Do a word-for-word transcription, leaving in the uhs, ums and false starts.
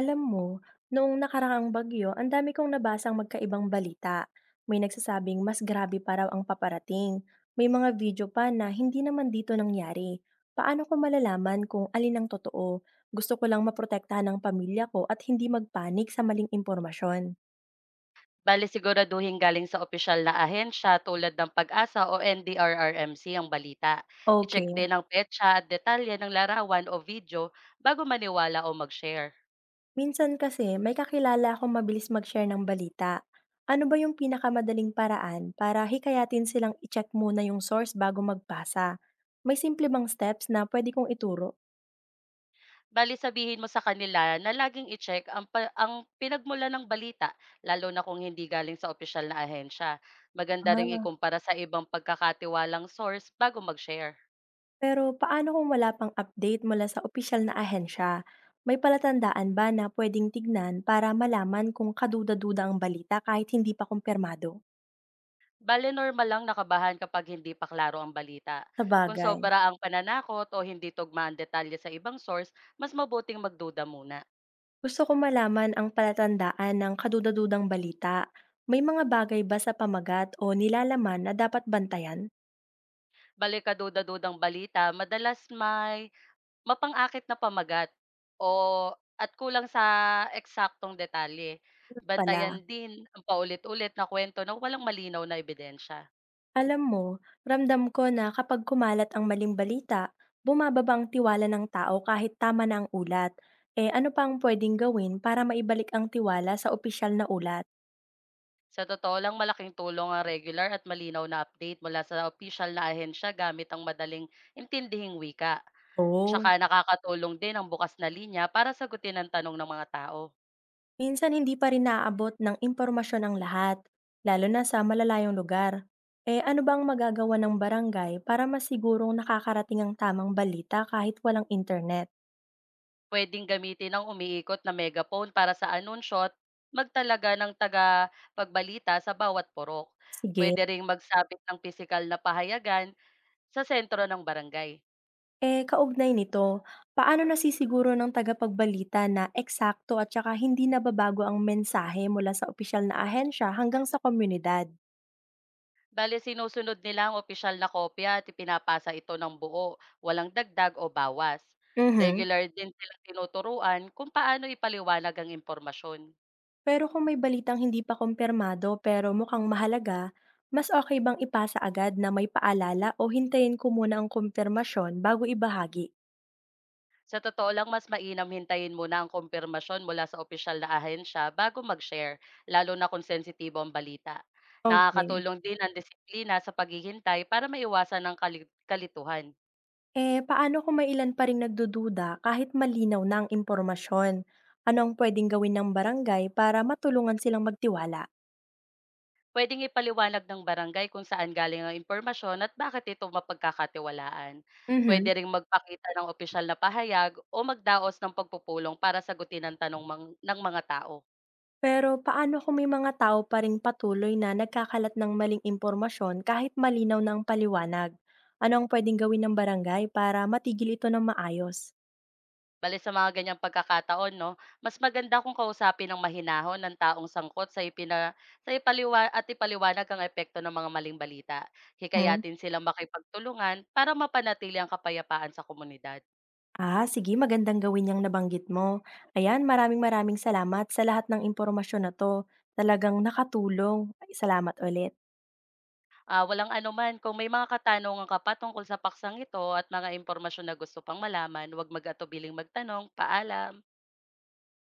Alam mo, noong nakaraang bagyo, ang dami kong nabasang magkaibang balita. May nagsasabing mas grabe pa raw ang paparating. May mga video pa na hindi naman dito nangyari. Paano ko malalaman kung alin ang totoo? Gusto ko lang maprotektahan ang pamilya ko at hindi magpanik sa maling impormasyon. Bale siguraduhin galing sa opisyal na ahensya tulad ng pag asa o N D R R M C ang balita. I-check Okay. din ang petsa at detalye ng larawan o video bago maniwala o mag-share. Minsan kasi may kakilala akong mabilis mag-share ng balita. Ano ba yung pinakamadaling paraan para hikayatin silang i-check muna yung source bago magbasa? May simple bang steps na pwede kong ituro? Bali sabihin mo sa kanila na laging i-check ang, pa- ang pinagmula ng balita, lalo na kung hindi galing sa opisyal na ahensya. Maganda ring Ah, ikumpara sa ibang pagkakatiwalang source bago mag-share. pero paano kung wala pang update mula sa opisyal na ahensya? May palatandaan ba na pwedeng tignan para malaman kung kaduda-duda ang balita kahit hindi pa kumpirmado? Bale normal lang na kabahan kapag hindi pa klaro ang balita. Sa Kung bagay. sobra ang pananakot o hindi tugma ang detalye sa ibang source, mas mabuting magduda muna. Gusto ko malaman ang palatandaan ng kaduda balita. May mga bagay ba sa pamagat o nilalaman na dapat bantayan? Bale kaduda-dudang balita, madalas may mapangakit na pamagat o at kulang sa eksaktong detalye. Ganun Bantayan pala. din ang paulit-ulit na kwento na walang malinaw na ebidensya. Alam mo, ramdam ko na kapag kumalat ang maling balita, bumababa ang tiwala ng tao kahit tama na ang ulat. Eh ano pa ang pwedeng gawin para maibalik ang tiwala sa opisyal na ulat? Sa totoo lang, malaking tulong ang regular at malinaw na update mula sa opisyal na ahensya gamit ang madaling intindihing wika. Oo. Tsaka nakakatulong din ang bukas na linya para sagutin ang tanong ng mga tao. Minsan hindi pa rin naaabot ng impormasyon ang lahat, lalo na sa malalayong lugar. Eh ano bang magagawa ng barangay para masigurong nakakarating ang tamang balita kahit walang internet? Pwedeng gamitin ang umiikot na megaphone para sa anunsyo at magtalaga ng taga pagbalita sa bawat purok. Sige. Pwede ring magsabit ng pisikal na pahayagan sa sentro ng barangay. Eh kaugnay nito, paano nasisiguro ng tagapagbalita na eksakto at saka hindi nababago ang mensahe mula sa opisyal na ahensya hanggang sa komunidad? Bale, sinusunod nila ang opisyal na kopya at ipinapasa ito ng buo, walang dagdag o bawas. Mhm. Regular din silang tinuturuan kung paano ipaliwanag ang impormasyon. Pero kung may balitang hindi pa kumpirmado pero mukhang mahalaga, mas okay bang ipasa agad na may paalala o hintayin ko muna ang kumpirmasyon bago ibahagi? Sa totoo lang, mas mainam hintayin muna ang kumpirmasyon mula sa opisyal na ahensya bago mag-share, lalo na kung sensitibo ang balita. Okay. Nakakatulong din ang disiplina sa paghihintay para maiwasan ang kali- kalituhan. Eh, paano kung may ilan pa ring nagdududa kahit malinaw na ang impormasyon? Ano ang pwedeng gawin ng barangay para matulungan silang magtiwala? Pwedeng ipaliwanag ng barangay kung saan galing ang impormasyon at bakit ito mapagkakatiwalaan. Pwede Mhm. ring magpakita ng opisyal na pahayag o magdaos ng pagpupulong para sagutin ang tanong mang- ng mga tao. Pero paano kung may mga tao pa ring patuloy na nagkakalat ng maling impormasyon kahit malinaw na ang paliwanag? Ano ang pwedeng gawin ng barangay para matigil ito ng maayos? Bale sa mga ganyang pagkakataon 'no, mas maganda kung kausapin ng mahinahon ang taong sangkot sa ipina sa ipaliwa at ipaliwanag ang epekto ng mga maling balita. Hmm. Hikayatin silang makipagtulungan para mapanatili ang kapayapaan sa komunidad. Ah, sige, magandang gawin yung nabanggit mo. Ayan, maraming maraming salamat sa lahat ng impormasyon na 'to. Talagang nakatulong. Salamat ulit. Ah, walang anuman, kung may mga katanungan ka pa tungkol sa paksang ito at mga impormasyon na gusto pang malaman, huwag mag-atubiling magtanong. Paalam.